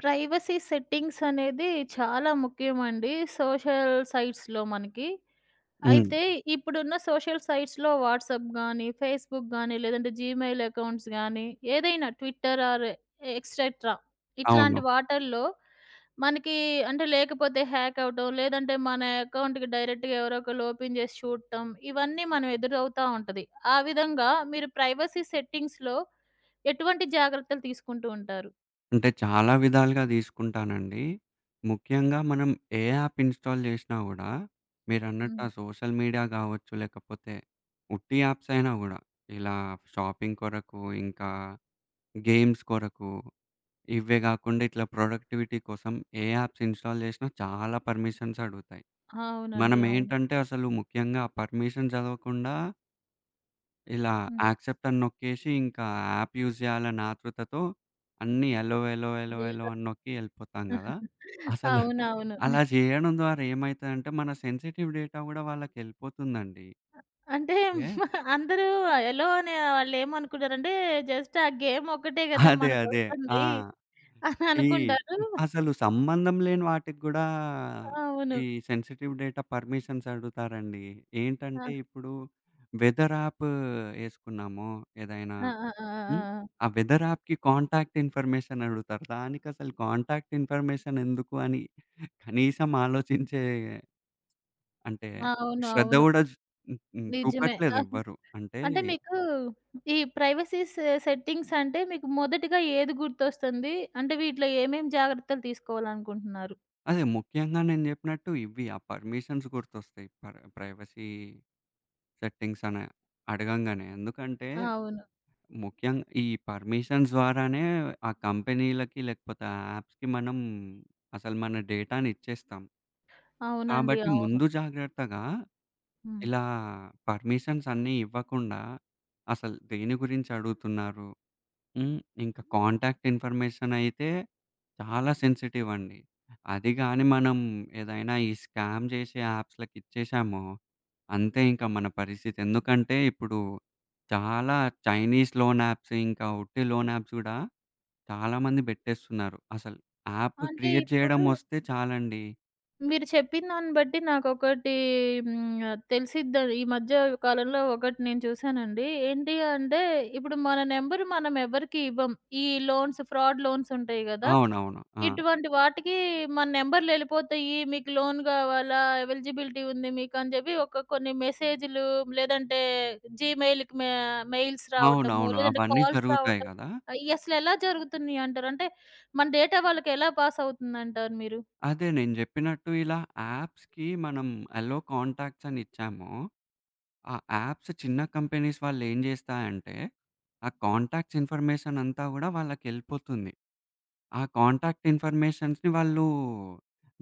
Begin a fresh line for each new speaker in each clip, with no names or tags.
Privacy settings అనేది చాలా ముఖ్యమండి సోషల్ సైట్స్‌లో మనకి.
హ్మ్.
అయితే ఇప్పుడున్న సోషల్ సైట్స్‌లో వాట్సాప్ గానీ, ఫేస్‌బుక్ గానీ, లేదంటే జీమెయిల్ అకౌంట్స్ గానీ, ఏదైనా ట్విట్టర్ ఆర్ ఎక్సెట్రా
అవును.
ఇట్లాంటి వాటిల్లో మనకి అంటే లేకపోతే హ్యాక్ అవ్వటం, లేదంటే మన అకౌంట్‌కి డైరెక్ట్‌గా ఎవరో ఒకళ్ళు ఓపెన్ చేసి చూడటం, ఇవన్నీ మనం ఎదురవుతా ఉంటది. ఆ విధంగా మీరు ప్రైవసీ సెట్టింగ్స్‌లో ఎటువంటి జాగ్రత్తలు తీసుకుంటూ ఉంటారు?
అంటే చాలా విధాలుగా తీసుకుంటానండి. ముఖ్యంగా మనం ఏ యాప్ ఇన్‌స్టాల్ చేసినా గూడా మీరన్నట్టు
హ్మ్.
ఆ సోషల్ మీడియా గావచ్చు, లేకపోతే ఉట్టి యాప్స్ అయినా గూడా ఇలా షాపింగ్ కొరకు, ఇంకా గేమ్స్ కొరకు, ఇవే గాకుండా ఇట్లా ప్రొడక్టివిటీ కోసం ఏ యాప్స్ ఇన్‌స్టాల్ చేసినా చాలా పర్మిషన్స్ అడుగుతాయి.
అవునండి. అవును.
మనమేంటంటే అసలు ముఖ్యంగా ఆ పర్మిషన్ చదవకుండా ఇలా
హ్మ్.
యాక్సెప్ట్ అని నొక్కేసి, ఇంకా యాప్ యూజ్ చేయాలన్న ఆతృతతో అన్నీ ఎలో, ఎలో, ఎలో, ఎలో
అయ్యో!
అని నొక్కి ఎళ్ళిపోతాం గదా! అసలు
అవునవును.
అలా చేయడం ద్వారా ఏమైతదంటే, మన సెన్సిటివ్ డేటా గూడా వాళ్ళకెళ్ళిపోతుందండి.
అంటే
ఏ
అందరూ ఎలో అనే వాళ్ళేమనుకున్నారంటే జస్ట్ ఆ గేమ్ ఒక్కటే గదా!
అదే. అదే. ఆ!
మనకొస్తుంది అని
ఈ
అనుకుంటారు.
అసలు సంబంధం లేని వాటికి గూడా
అవును.
ఈ సెన్సిటివ్ డేటా పర్మిషన్స్ అడుగుతారండి.
ఆ!
ఏంటంటే, ఇప్పుడు వెదర్ యాప్ యేసుకున్నాము ఏదైనా.
ఆ! ఆ! ఆ!
హ్మ్.
ఆ!
ఆ వెదర్ యాప్‌కి కాంటాక్ట్ ఇన్ఫర్మేషన్ అడుగుతారు. దానికసలు కాంటాక్ట్ ఇన్ఫర్మేషన్ ఎందుకు అని కనీసం ఆలోచించే, అంటే
ఆ! అవును.
శ్రద్ధ
అవును.
గూడా చ్ హ్మ్. హ్మ్.
నిజమే.
చూపట్లేదెవ్వరు. అంటే
అంటే మీకు ఈ ప్రైవసీ సెట్టింగ్స్ అంటే మీకు మొదటిగా ఏది గుర్తొస్తుంది? అంటే వీటిలో ఏమేం జాగ్రత్తలు తీసుకోవాలనుకుంటున్నారు?
అదే ముఖ్యంగా నేను జెప్పినట్టు ఇవి ఆ పర్మిషన్స్ గుర్తొస్తాయి. ప్రైవసీ సెట్టింగ్స్ అని అడగంగానే. ఎందుకంటే
అవును.
ముఖ్యంగా ఈ పర్మిషన్స్ ద్వారానే ఆ కంపెనీలకి లేకపోతే ఆ యాప్స్‌కి మనం అసలు మన డేటానిచ్చేస్తాం.
అవునండి.
కాబట్టి
అవును.
ముందు జాగ్రత్తగా
హ్మ్.
ఇలా పర్మిషన్స్ అన్నీ ఇవ్వకుండా అసలు దేని గురించి అడుగుతున్నారు? హ్మ్. ఇంకా కాంటాక్ట్ ఇన్ఫర్మేషన్ అయితే చాలా సెన్సిటివ్ అండి. అది గాని మనం ఏదైనా ఈ స్కామ్ చేసే యాప్స్‌లకి ఇచ్చేసామో అంతే ఇంకా మన పరిస్థితి. ఎందుకంటే ఇప్పుడు చాలా చైనీస్ లోన్ యాప్స్, ఇంకా ఉట్టి లోన్ యాప్స్ గూడా చాలామంది పెట్టేస్తున్నారు. అసలు యాప్
అంటే
క్రియేట్ చేయడం
ఇప్పుడు
వస్తే చాలండి.
మీరు చెప్పిన దాన్ని బట్టి నాకొకటి హ్మ్. తెలిసిద్ద ఈ మధ్య కాలంలో ఒకటి నేను చూసానండి. ఏంటి అంటే ఇప్పుడు మన నంబర్ మనం ఎవరికీ ఇవ్వం. ఈ లోన్స్ ఫ్రాడ్ లోన్స్ ఉంటాయి గదా!
అవునవును. ఆ!
ఇటువంటి వాటికి మన నంబర్‌లెళ్ళిపోతాయి. మీకు లోన్ గావాలా? ఎలిజిబిలిటీ ఉంది మీకు అని జెప్పి ఒక కొన్ని మెసేజులు లేదంటే జీమెయిల్‌కి మెయిల్స్ రావటము,
అవునవును.
లేదంటే
అవన్నీ
కాల్స్
జరుగుతాయి
రావటం.
గదా!
అసలెలా జరుగుతున్నాయి అంటారు? అంటే మన డేటా వాళ్ళకి ఎలా పాస్ అవుతుందంటారు మీరు?
అదే నేను జెప్పినట్టు ఇలా యాప్స్‌కి మనం అలో కాంటాక్ట్స్ అని ఇచ్చామో, ఆ యాప్స్ చిన్న కంపెనీస్ వాళ్ళేం జేస్తాయంటే, ఆ కాంటాక్ట్స్ ఇన్ఫర్మేషన్ అంతా గూడా వాళ్ళకెళ్ళిపోతుంది. ఆ కాంటాక్ట్ ఇన్ఫర్మేషన్స్‌ని వాళ్ళు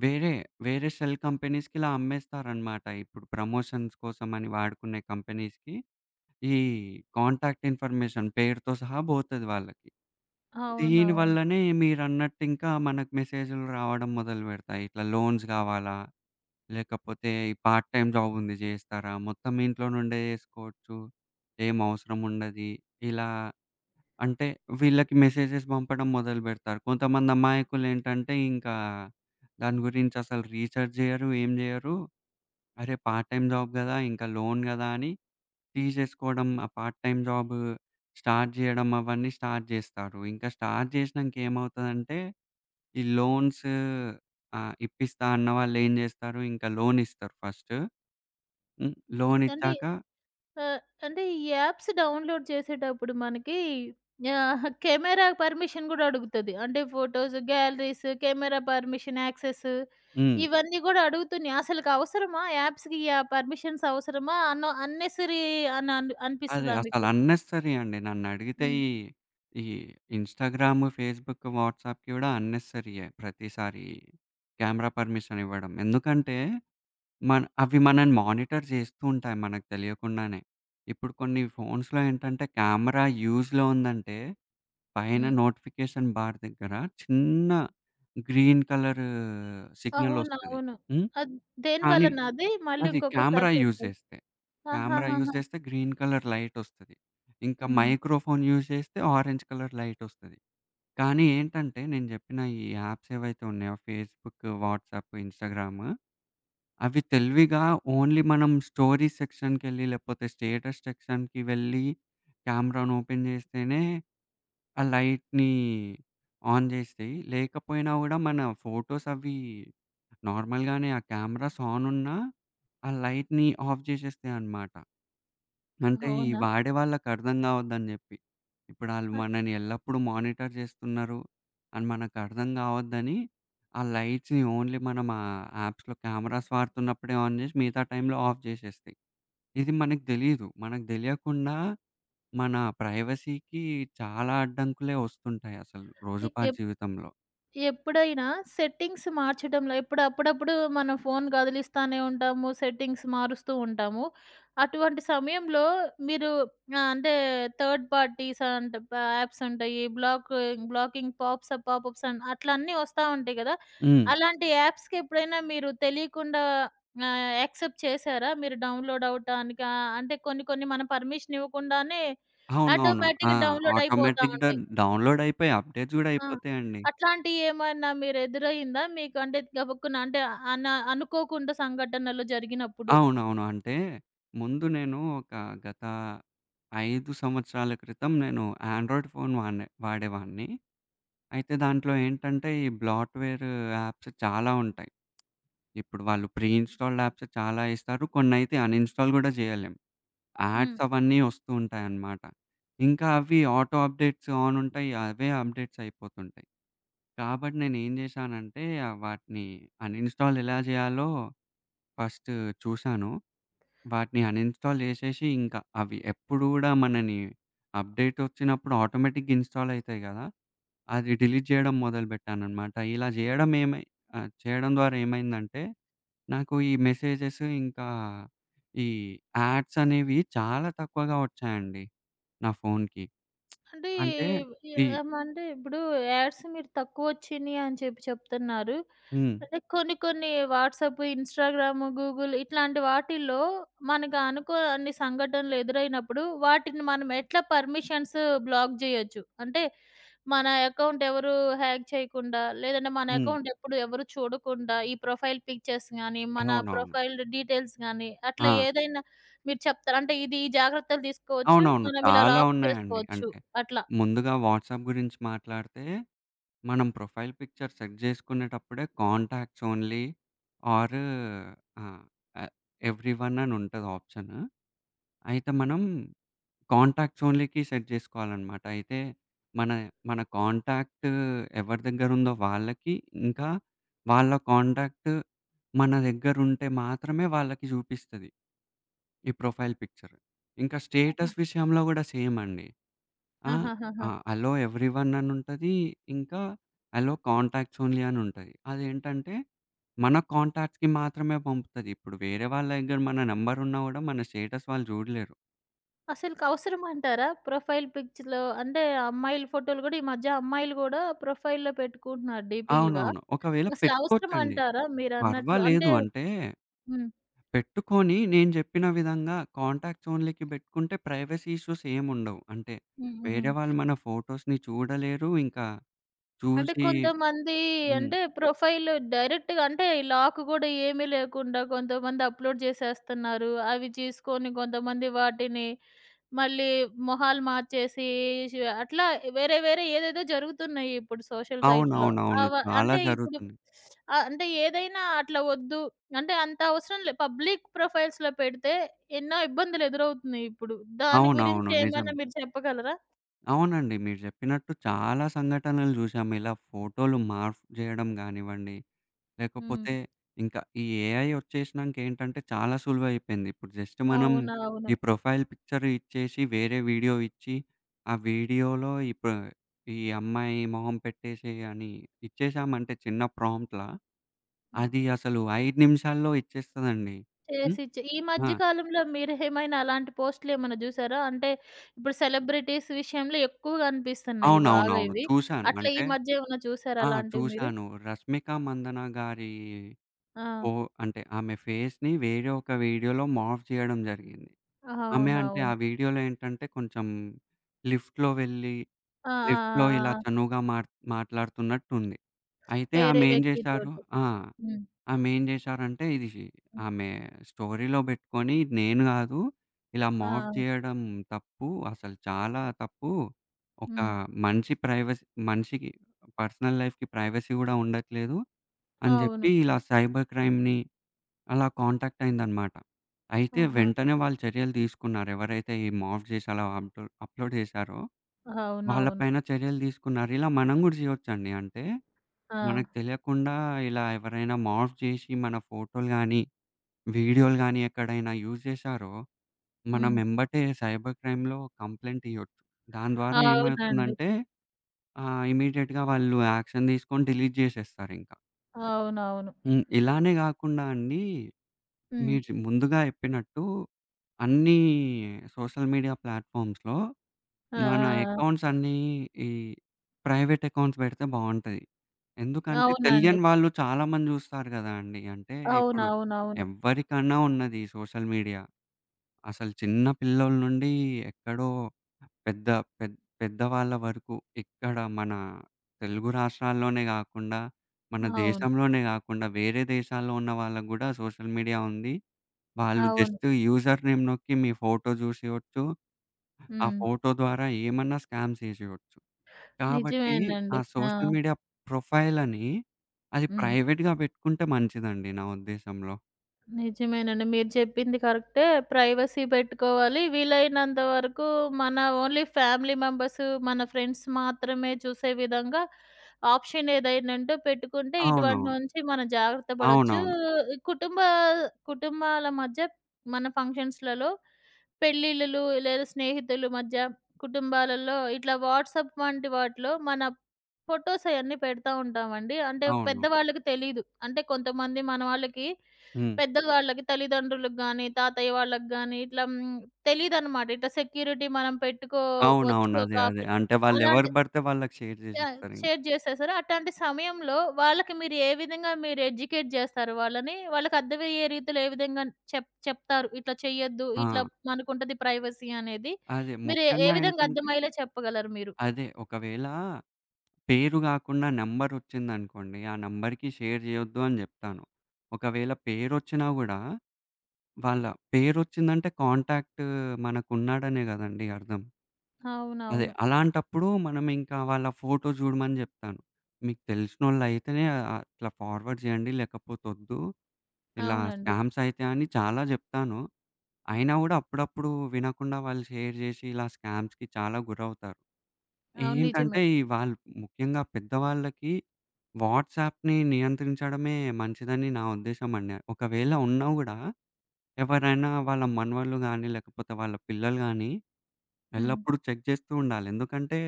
వేరే, వేరే షెల్ కంపెనీస్‌కి ఇలా అమ్మేస్తారనమాట. ఇప్పుడు ప్రమోషన్స్ కోసమని వాడుకునే కంపెనీస్‌కి ఈ కాంటాక్ట్ ఇన్ఫర్మేషన్ పేరుతో సహా బోతది వాళ్ళకి. దీని
అవునవును.
వల్లనే మీరన్నట్టింకా మనకు మెసేజులు రావడం మొదలుపెడతాయి. ఇట్లా లోన్స్ గావాలా? లేకపోతే ఈ పార్ట్ టైమ్ జాబ్ ఉంది జేస్తారా? మొత్తం ఇంట్లో నుండే జేసుకోవచ్చు. ఏం అవసరం ఉండది. ఇలా అంటే వీళ్ళకి మెసేజెస్ పంపడం మొదలుబెడతారు. కొంతమంది అమాయకులేంటంటే ఇంకా దాని గురించి అసలు రీసెర్చ్ జేయరు. ఏం జేయరు. అరే! పార్ట్ టైమ్ జాబ్ గదా! ఇంకా లోన్ గదా! అని తీసేసుకోవడం. ఆ పార్ట్ టైమ్ జాబ్ స్టార్ట్ జేయడం అవన్నీ స్టార్ట్ జేస్తారు. ఇంకా స్టార్ట్ జేసినంక ఏమవుతదంటే ఈ లోన్స్ ఇప్పిస్తా అన్న వాళ్ళేం జేస్తారు ఇంకా లోన్ ఇస్తారు ఫస్ట్. హ్మ్.
అంటే
లోనిచ్చాక.
ఆహ్, అంటే ఈ యాప్స్ డౌన్‌లోడ్ చేసేటప్పుడు మనకి కెమెరా పర్మిషన్ గూడా అడుగుతది. అంటే photos, galleries, camera permission, access
hmm.
ఇవన్నీ గూడా అడుగుతున్నాయి. అసలుకి అవసరమా? యాప్స్‌కి ఆ పర్మిషన్స్ అవసరమా? అన్నెసరీ అని అన్
అదే
అనిపిస్తదా
అసలు
మీకు?
అన్నెసెసరీ అండి. నన్నడిగితే
హ్మ్.
ఈ, ఈ ఇన్‌స్టాగ్రామ్, ఫేస్‌బుక్, వాట్సాప్‌కి గూడా అన్నెసెసరీయే ప్రతిసారి కెమెరా పర్మిషన్ ఇవ్వడం. ఎందుకంటే, మన అవి మనల్ని మానిటర్ జేస్తూ ఉంటాయి మనకు తెలియకుండానే. ఇప్పుడు కొన్ని ఫోన్స్‌లో ఏంటంటే, కెమెరా యూజ్‌లో ఉందంటే, పైన
హ్మ్.
నోటిఫికేషన్ బార్ దగ్గర చిన్న గ్రీన్ కలర్ సిగ్నలొస్తది.
అవునవును.
హ్మ్.
అద్
కానీ
దేనివలన అది? మళ్ళీ
అది
ఇంకొకసారి
కెమెరా యూజ్
చెప్పాలి.
చేస్తే. కెమెరా యూజ్
ఆహాహాహా!
చేస్తే గ్రీన్ కలర్ లైటొస్తది. ఇంకా
హ్మ్.
మైక్రోఫోన్ యూజ్ చేస్తే ఆరెంజ్ కలర్ లైటొస్తది. కానీ ఏంటంటే నేను జెప్పిన ఈ యాప్స్ ఏవైతే ఉన్నాయో ఫేస్‌బుక్, వాట్సాప్, ఇన్‌స్టాగ్రామ్ అవి తెలివిగా ఓన్లీ మనం స్టోరీస్ సెక్షన్‌కెళ్ళి లేకపోతే స్టేటస్ సెక్షన్‌కి వెళ్ళి కెమెరాను ఓపెన్ చేస్తేనే ఆ లైట్‌ని ఆన్ జేసేయి. లేకపోయినా గూడా మన ఫోటోస్ అవి నార్మల్‌గానే ఆ కెమెరాస్ ఆన్ ఉన్నా, ఆ లైట్‌ని ఆఫ్ జేసేస్తాయనమాట. అంటే ఈ
అవునా?
వాడే వాళ్ళకర్థం గావద్దని జెప్పి. ఇప్పుడాళ్ళు
అ
మనని ఎల్లప్పుడూ మానిటర్ జేస్తున్నారు అని మనకర్థం గావద్దని, ఆ లైట్స్‌ని ఓన్లీ మనం ఆ యాప్స్‌లో కెమెరాస్ వాడుతున్నప్పుడే ఆన్ జేసి మిగతా టైంలో ఆఫ్ జేసేస్తాయి. ఇది మనకు దెలీదు. మనకు దెలియకుండా మన ప్రైవసీకి చాలా అడ్డంకులే వస్తుంటాయసలు
ఎ
రోజుపాటు జీవితంలో.
ఎప్పుడైనా సెట్టింగ్స్ మార్చడంలో ఇప్పుడు అప్పుడప్పుడు మనం ఫోన్ కదిలిస్తానే ఉంటాము. సెట్టింగ్స్ మారుస్తూ ఉంటాము. అటువంటి సమయంలో మీరు అంటే థర్డ్ పార్టీస్ అండ్ యాప్స్ ఉంటాయి. బ్లాకింగ్ పాపప్స్ అని అట్లా అన్నీ వస్తా ఉంటాయి గదా!
హ్మ్.
అలాంటి యాప్స్‌కి ఎప్పుడైనా మీరు తెలియకుండా యాక్సెప్ట్ చేశారా? మీరు డౌన్‌లోడ్ అవ్వటానికి అంటే కొన్ని కొన్ని మనం పర్మిషన్ ఇవ్వకుండానే
అవునవును. ఆ!
ఆటోమేటిక్‌గా డౌన్‌లోడ్ అయిపోతా
ఆటోమేటిక్‌గా
ఉంటాయి.
డౌన్‌లోడ్ అయిపోయి అప్‌డేట్స్ గూడా
ఆ!
అయిపోతాయండి.
అట్లాంటియేమన్నా మీరెదురయిందా మీకు? అంటే గబుక్కున అంటే అన అనుకోకుండా సంఘటనలు జరిగినప్పుడు?
అవునవును. అంటే ముందు నేను ఒక గత 5 సంవత్సరాల క్రితం నేను ఆండ్రాయిడ్ ఫోన్ వాడిన వాడేవాడిని. అయితే దాంట్లో ఏంటంటే ఈ బ్లాట్‌వేర్ యాప్స్ చాలా ఉంటాయి. ఇప్పుడు వాళ్ళు ప్రీ ఇన్‌స్టాల్డ్ యాప్స్ చాలా ఇస్తారు. కొన్నయితే అన్‌ఇన్‌స్టాల్ గూడా జేయలేం.
హ్మ్.
యాడ్స్ అవన్నీ వస్తూ ఉంటాయన్నమాట. ఇంకా అవి ఆటో అప్‌డేట్స్ ఆన్ ఉంటాయి. అవే అప్‌డేట్స్ అయిపోతుంటాయి. కాబట్టి నేనేం జేశానంటే, వాటిని అన్‌ఇన్‌స్టాల్ ఎలా జేయాలో ఫస్ట్ చూశాను. వాటిని అన్‌ఇన్‌స్టాల్ జేసేసి ఇంకా అవి ఎప్పుడు గూడా మనని అప్‌డేట్ ఒచ్చినప్పుడు ఆటోమేటిక్‌గా ఇన్‌స్టాల్ అయితాయి గదా! అది డిలీట్ జేయడం మొదలుబెట్టాననమాట. ఇలా జేయడం చేయడం ద్వారా ఏమైందంటే, నాకు ఈ మెసేజెస్ ఇంకా ఈ యాడ్స్ అనేవి చాలా తక్కువగా ఒచ్చాయండి నా ఫోన్‌కి.
అంటే
అంటే ఈ.
ఏమంటే ఇప్పుడు యాడ్స్ మీరు తక్కువొచ్చినియి అని చెప్పి చెప్తున్నారు.
హ్మ్.
అంటే కొన్ని కొన్ని వాట్సాప్, ఇన్‌స్టాగ్రామ్, గూగుల్ ఇట్లాంటి వాటిల్లో మనకు అనుకోని సంఘటనలు ఎదురైనప్పుడు వాటిని మనం ఎట్లా పర్మిషన్స్ బ్లాక్ జేయొచ్చు? అంటే మన అకౌంట్ ఎవరు హ్యాక్ చేయకుండా, లేదంటే మన
హ్మ్.
అకౌంట్ ఎప్పుడు ఎవరు చూడకుండా ఈ ప్రొఫైల్ పిక్చర్స్ గానీ, మన
అవునవును.
ప్రొఫైల్ డీటెయిల్స్ గానీ
ఆ!
అట్లా ఏదైనా మీరు చెప్తారా? అంటే ఇది ఈ జాగ్రత్తలు తీసుకోవచ్చు.
అవునవును.
మనం ఇలా
చాలా
లాక్
ఉన్నాయండి.
చేసుకోవచ్చు.
అంటే
అట్లా.
ముందుగా వాట్సాప్ గురించి మాట్లాడితే మనం ప్రొఫైల్ పిక్చర్ సెట్ జేసుకునేటప్పుడే కాంటాక్ట్స్ ఓన్లీ ఆర్ ఆ! ఎ ఎవ్రీవన్ అని ఉంటది ఆప్షన్. అయితే మనం కాంటాక్ట్స్ ఓన్లీకి సెట్ జేసుకోవాలనమాట. అయితే మన మన కాంటాక్ట్ ఎవరి దగ్గర ఉందో వాళ్ళకి, ఇంకా వాళ్ళ కాంటాక్ట్ మన దగ్గర ఉంటే మాత్రమే వాళ్ళకి జూపిస్తది ఈ ప్రొఫైల్ పిక్చర్. ఇంకా
ఆహా!
స్టేటస్ విషయంలో గూడా సేమ్ అండి. ఆ!
ఆహాహాహా!
ఆ! అలో ఎవ్రీవన్ అనుంటది. ఇంకా అలో కాంటాక్ట్స్ ఓన్లీ అనుంటది. అదేంటంటే, మన కాంటాక్ట్స్‌కి మాత్రమే పంపుతది. ఇప్పుడు వేరే వాళ్ళ దగ్గర మన నంబర్ ఉన్నా గూడా మన స్టేటస్ వాళ్ళు జూడలేరు.
అసలుకి అవసరమంటారా? ప్రొఫైల్ పిక్స్‌లో అంటే అమ్మాయిల ఫోటోలు గూడా ఈ మధ్య అమ్మాయిలు గూడా ప్రొఫైల్‌లో పెట్టుకుంటున్నారు డీపీలుగా.
అవునవును. ఒకవేళ
అసలు
పెట్టుకోవచ్చండి.
అవసరమంటారా మీరన్నట్లు?
పర్వాలేదు.
అంటే
అంటే
హ్మ్.
పెట్టుకొని నేను జెప్పిన విధంగా కాంటాక్ట్స్ ఓన్లీకి బెట్టుకుంటే ప్రైవసీ ఇష్యూస్ ఏముండవు. అంటే
హ్మ్.
వేరే
హ్మ్.
వాళ్ళు మన ఫోటోస్‌ని చూడలేరు. ఇంకా
అంటే
చూసి.
కొంతమంది
హ్మ్.
అంటే ప్రొఫైల్ డైరెక్ట్‌గా అంటే లాక్ గూడా ఏమీ లేకుండా కొంతమంది అప్‌లోడ్ జేసేస్తున్నారు. అవి చూసుకొని కొంతమంది వాటిని మళ్ళీ మొహాలు మార్చేసి అట్లా వేరే వేరే ఏదేదో జరుగుతున్నాయి ఇప్పుడు సోషల్ సైట్స్‌లో.
అవునవునవును.
అవ
చాలా
అంటే ఇప్పుడు
జరుగుతుంది.
అంటే ఏదైనా అట్లా వద్దు. అంటే అంత అవసరం లే. పబ్లిక్ ప్రొఫైల్స్‌లో పెడితే ఎన్నో ఇబ్బందులు ఎదురవుతున్నాయి ఇప్పుడు. దాని గురించి
అవునవును.
ఏమైనా
నిజమే.
మీరు చెప్పగలరా?
అవునండి. మీరు జెప్పినట్టు చాలా సంఘటనలు జూశాము. ఇలా ఫోటోలు మార్ఫ్ జేయడం గానివ్వండి,
హ్మ్.
లేకపోతే ఇంకా ఈ ఏఐ ఒచ్చేసినంకేంటంటే చాలా సులువైపోయింది. ఇప్పుడు జస్ట్ మనం
అవునవును.
ఈ ప్రొఫైల్ పిక్చర్ ఇచ్చేసి, వేరే వీడియో ఇచ్చి, ఆ వీడియోలో ఈ అమ్మాయి మొహం పెట్టేసేయి అని ఇచ్చేశామంటే చిన్న ప్రాంప్ట్‌లా
హ్మ్.
అది అసలు 5 నిమిషాల్లో ఇచ్చేస్తదండి. హ్మ్.
చేసి చే ఈ
ఆ!
మధ్య కాలంలో మీరేమైనా అలాంటి పోస్ట్‌లు ఏమైనా జూసారా? అంటే ఇప్పుడు సెలబ్రిటీస్ విషయంలో ఎక్కువగా అనిపిస్తున్నాయి బాగా
అవునవునవును.
ఇవి.
చూశాను.
అట్లా ఈ
అంటే
మధ్య ఏమైనా చూసారా
ఆ!
అలాంటివి మీరు?
చూశాను. రష్మిక మందన గారి
ఆ!
ఓ అంటే ఆమె ఫేస్‌ని వేరే ఒక వీడియోలో మాఫ్ చేయడం జరిగింది. ఆమె అంటే ఆ
అవునవును.
వీడియోలో ఏంటంటే కొంచెం లిఫ్ట్‌లో వెళ్ళి
ఆ! ఆ!
లిఫ్ట్‌లో ఇలా
ఆ! ఆ!
చనువుగా మాట్లాడుతున్నట్టుంది. అయితే
వేరే
ఆమె ఏం చేశారు.
వ్యక్తితోటి.
ఆ!
హ్మ్.
ఆమె ఏం చేశారంటే ఇది
హ్మ్.
ఆమె స్టోరీలో పెట్టుకొని, "ఇది నేను కాదు. ఇలా
ఆ!
మాఫ్ చేయడం తప్పు. అసలు చాలా తప్పు. ఒక
హ్మ్.
మనిషి ప్రైవసీ మనిషికి పర్సనల్ లైఫ్‌కి ప్రైవసీ కూడా ఉండట్లేదు," అని
అవును.
చెప్పి ఇలా సైబర్ క్రైమ్‌ని అలా కాంటాక్ట్ అయిందనమాట. అయితే
ఆహా!
వెంటనే వాళ్ళు చర్యలు తీసుకున్నారు. ఎవరైతే ఈ మాఫ్ చేసి అలా అప్‌లోడ్ చేశారో వాళ్ళ
అవునవును.
పైన చర్యలు తీసుకున్నారు. ఇలా మనం గూడా చేయొచ్చండి. అంటే
ఆ!
మనకు తెలియకుండా ఇలా ఎవరైనా మాఫ్ చేసి మన ఫోటోలు గానీ, వీడియోలు గానీ ఎక్కడైనా యూజ్ చేశారో మనం
హ్మ్.
ఎంబటే సైబర్ క్రైమ్‌లో కంప్లెయింట్ ఇయ్యొచ్చు. దాని ద్వారా
అవునండి.
ఏమవుతుందంటే ఇమ్మీడియేట్‌గా వాళ్ళు యాక్షన్ తీసుకొని డిలీట్ చేసేస్తారింక.
అవునవును.
హ్మ్. ఇలానే గాకుండా అండి
హ్మ్.
మీరు ముందుగా చెప్పినట్టు అన్నీ సోషల్ మీడియా ప్లాట్‌ఫామ్స్‌లో
ఆ! ఆ!
మన
ఆ!
అకౌంట్స్ అన్నీ ఈ ప్రైవేట్ అకౌంట్స్ పెడితే బావుంటది. ఎందుకంటే
అవునండి.
తెలియని వాళ్ళు చాలామంది చూస్తారు గదా అండీ. అంటే ఇప్పుడు
అవునవునవును.
ఎవ్వరికన్నా ఉన్నది ఈ సోషల్ మీడియా. అసలు చిన్న పిల్లోల నుండి ఎక్కడో పెద్ద పెద్ పెద్దవాళ్ళ వరకు ఇక్కడ మన తెలుగు రాష్ట్రాల్లోనే గాకుండా, మన
అవును.
దేశంలోనే గాకుండా వేరే దేశాల్లో ఉన్న వాళ్ళకి గూడా సోషల్ మీడియా ఉంది. వాళ్ళు
అవును.
జస్ట్ యూజర్ నేమ్ నొక్కి మీ ఫోటో చూసేయొచ్చు. ఆ
హ్మ్.
ఫోటో ద్వారా ఏమన్నా స్కామ్ చేసేయొచ్చు. కాబట్టి
నిజమేనండి.
ఆ
ఆ!
సోషల్ మీడియా ప్రొఫైల్ అని అది
హ్మ్.
ప్రైవేట్‌గా పెట్టుకుంటే మంచిదండి నా ఉద్దేశంలో.
నిజమేనండి. మీరు చెప్పింది కరెక్టే. ప్రైవసీ పెట్టుకోవాలి. వీలైనంత వరకు మన ఓన్లీ ఫ్యామిలీ మెంబర్స్, మన ఫ్రెండ్స్ మాత్రమే చూసే విధంగా ఆప్షన్ ఏదైనా ఉంటే పెట్టుకుంటే ఇటువంటి
అవునవును.
నుంచి మనం జాగ్రత్త పడొచ్చు.
అవునవును.
కుటుంబ కుటుంబాల మధ్య మన ఫంక్షన్స్‌లలో పెళ్ళిళ్ళు లేదా స్నేహితుల మధ్య, కుటుంబాలలో ఇట్లా వాట్సాప్ వంటి వాటిలో మన ఫోటోస్ అయన్నీ పెడతా ఉంటామండి. అంటే
అవును.
పెద్దవాళ్ళకి తెలీదు. అంటే కొంతమంది మన వాళ్ళకి
హ్మ్.
పెద్దవాళ్ళకి తల్లిదండ్రులకు గాని, తాతయ్య వాళ్ళకి గాని ఇట్లా తెలీదనమాట. ఇట్లా సెక్యూరిటీ మనం పెట్టుకోవచ్చు
అవునవును.
ఒక
అదే. అదే.
ఆప్షన్.
అంటే
అలాంటి
వాళ్ళెవరికి పడితే వాళ్ళకి షేర్
యాహ్!
చేసేస్తారింక.
షేర్ చేసేసారు. అట్లాంటి సమయంలో వాళ్ళకి మీరు ఏ విధంగా మీరు ఎడ్యుకేట్ జేస్తారు వాళ్ళని? వాళ్ళకి అర్థమయ్యే రీతిలో ఏ విధంగా చెప్తారు? ఇట్లా చెయ్యొద్దు.
ఆ!
ఇట్లా మనకుంటది ప్రైవసీ అనేది.
అదే.
మీరు ఏ ఏ
ముఖ్యంగా
విధంగా
ఏంటంటే
అర్థమయ్యేలా చెప్పగలరు మీరు?
అదే. ఒకవేళ పేరు కాకుండా నంబరొచ్చిందనుకోండి. ఆ నంబర్‌కి షేర్ చేయొద్దు అని చెప్తాను. ఒకవేళ పేరొచ్చినా గూడా వాళ్ళ పేరొచ్చిందంటే కాంటాక్ట్ మనకున్నాడనే గదండీ అర్థం. అదే
అవునవును.
అలాంటప్పుడు మనం ఇంకా వాళ్ళ ఫోటో జూడమని జెప్తాను. మీకు తెలిసినోళ్ళయితేనే అట్లా ఫార్వర్డ్ జేయండి లేకపోతే ఒద్దు. ఇలా
అవునండి.
స్కామ్స్ అయితాయి అని చాలా జెప్తాను.
హ్మ్.
అయినా గూడా అప్పుడప్పుడు వినకుండా వాళ్ళు షేర్ జేసి ఇలా స్కామ్స్‌కి చాలా గురవుతారు.
అవును.
ఏంటంటే
నిజమే.
ఈ వాళ్ళు ముఖ్యంగా పెద్దవాళ్ళకి వాట్సాప్‌ని నియంత్రించడమే మంచిదని నా ఉద్దేశం అండి. ఒకవేళ ఉన్నా గూడా ఎవరైనా వాళ్ళ మనవళ్ళు గానీ, లేకపోతే వాళ్ళ పిల్లలు గానీ,
హ్మ్.
ఎల్లప్పుడూ చెక్ చేస్తూ ఉండాలి. ఎందుకంటే,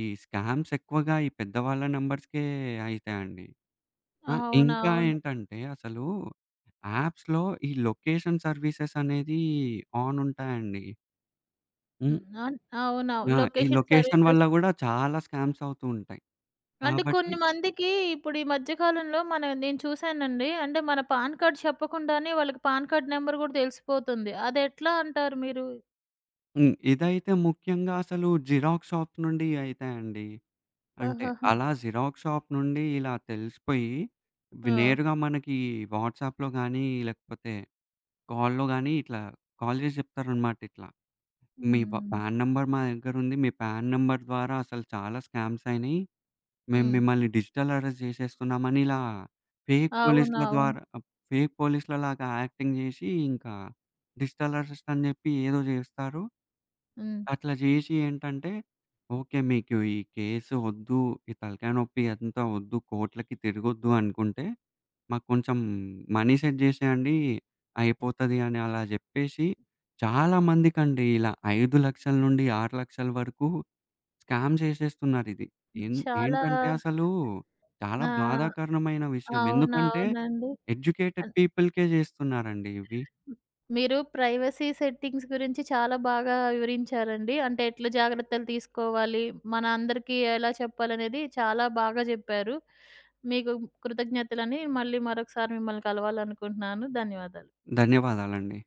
ఈ స్కామ్స్ ఎక్కువగా ఈ పెద్దవాళ్ళ నంబర్స్‌కే అయితాయండి. ఆ! ఇంకా
అవునవును.
ఏంటంటే, అసలు యాప్స్‌లో ఈ లొకేషన్ సర్వీసెస్ అనేది ఆన్ ఉంటాయండి. హ్మ్.
హ్మ్. అవునవును.
ఆ! ఈ
లొకేషన్
లొకేషన్ వల్ల
సర్వీసెస్
గూడా చాలా స్కామ్స్ అవుతూ ఉంటాయి.
అంటే
కాబట్టి
కొన్ని మందికి ఇప్పుడు ఈ మధ్య కాలంలో మన నేను చూశానండి. అంటే మన పాన్ కార్డ్ చెప్పకుండానే వాళ్ళకి పాన్ కార్డ్ నంబర్ గూడా తెలిసిపోతుంది. అదెట్లా అంటారు మీరు?
హ్మ్. ఇదైతే ముఖ్యంగా అసలు జిరాక్స్ షాప్స్ నుండి అయితాయండి. అంటే
ఆహాహా!
అలా జిరాక్స్ షాప్ నుండి ఇలా తెలిసిపోయి,
ఓహ్!
నేరుగా మనకి వాట్సాప్‌లో గానీ, లేకపోతే కాల్‌లో గానీ ఇట్లా కాల్ జేసి జెప్తారనమాట ఇట్లా. "మీ
హ్మ్.
పాన్ నంబర్ మా దగ్గరుంది. మీ పాన్ నంబర్ ద్వారా అసలు చాలా స్కామ్స్ అయినయి. మేము
హ్మ్.
మిమ్మల్ని డిజిటల్ అరెస్ట్ జేసేస్తున్నామని," ఇలా ఫేక్ పోలీసుల
అవునవును.
ద్వారా ఫేక్ పోలీసులలాగా యాక్టింగ్ జేసి, ఇంకా డిజిటల్ అరెస్ట్ అని జెప్పి ఏదో జేస్తారు.
హ్మ్.
అట్లా జేసి ఏంటంటే, ఓకే. మీకు ఈ కేసు ఒద్దు, ఈ తలకాయ నొప్పి అంతా ఒద్దు, కోర్ట్‌లకి తిరగొద్దు అనుకుంటే, మాకు కొంచెం మనీ సెట్ జేసేయండి అయిపోతది అని అలా జెప్పేసి, చాలా మందికండి ఇలా 5,00,000-6,00,000 వరకు స్కామ్ జేసేస్తున్నారిది. ఎన్
చాలా
ఏంటంటే అసలు చాలా
ఆ!
బాధాకరణమైన విషయం. ఎందుకంటే
అవునవునండి.
ఎడ్యుకేటెడ్ పీపుల్‌కే జేస్తున్నారండి ఇవి.
మీరు ప్రైవసీ సెట్టింగ్స్ గురించి చాలా బాగా వివరించారండి. అంటే ఎట్లా జాగ్రత్తలు తీసుకోవాలి, మన అందరికీ ఎలా చెప్పాలనేది చాలా బాగా జెప్పారు. మీకు కృతజ్ఞతలని మళ్ళీ మరొకసారి మిమ్మల్ని కలవాలనుకుంటున్నాను. ధన్యవాదాలు.
ధన్యవాదాలండి.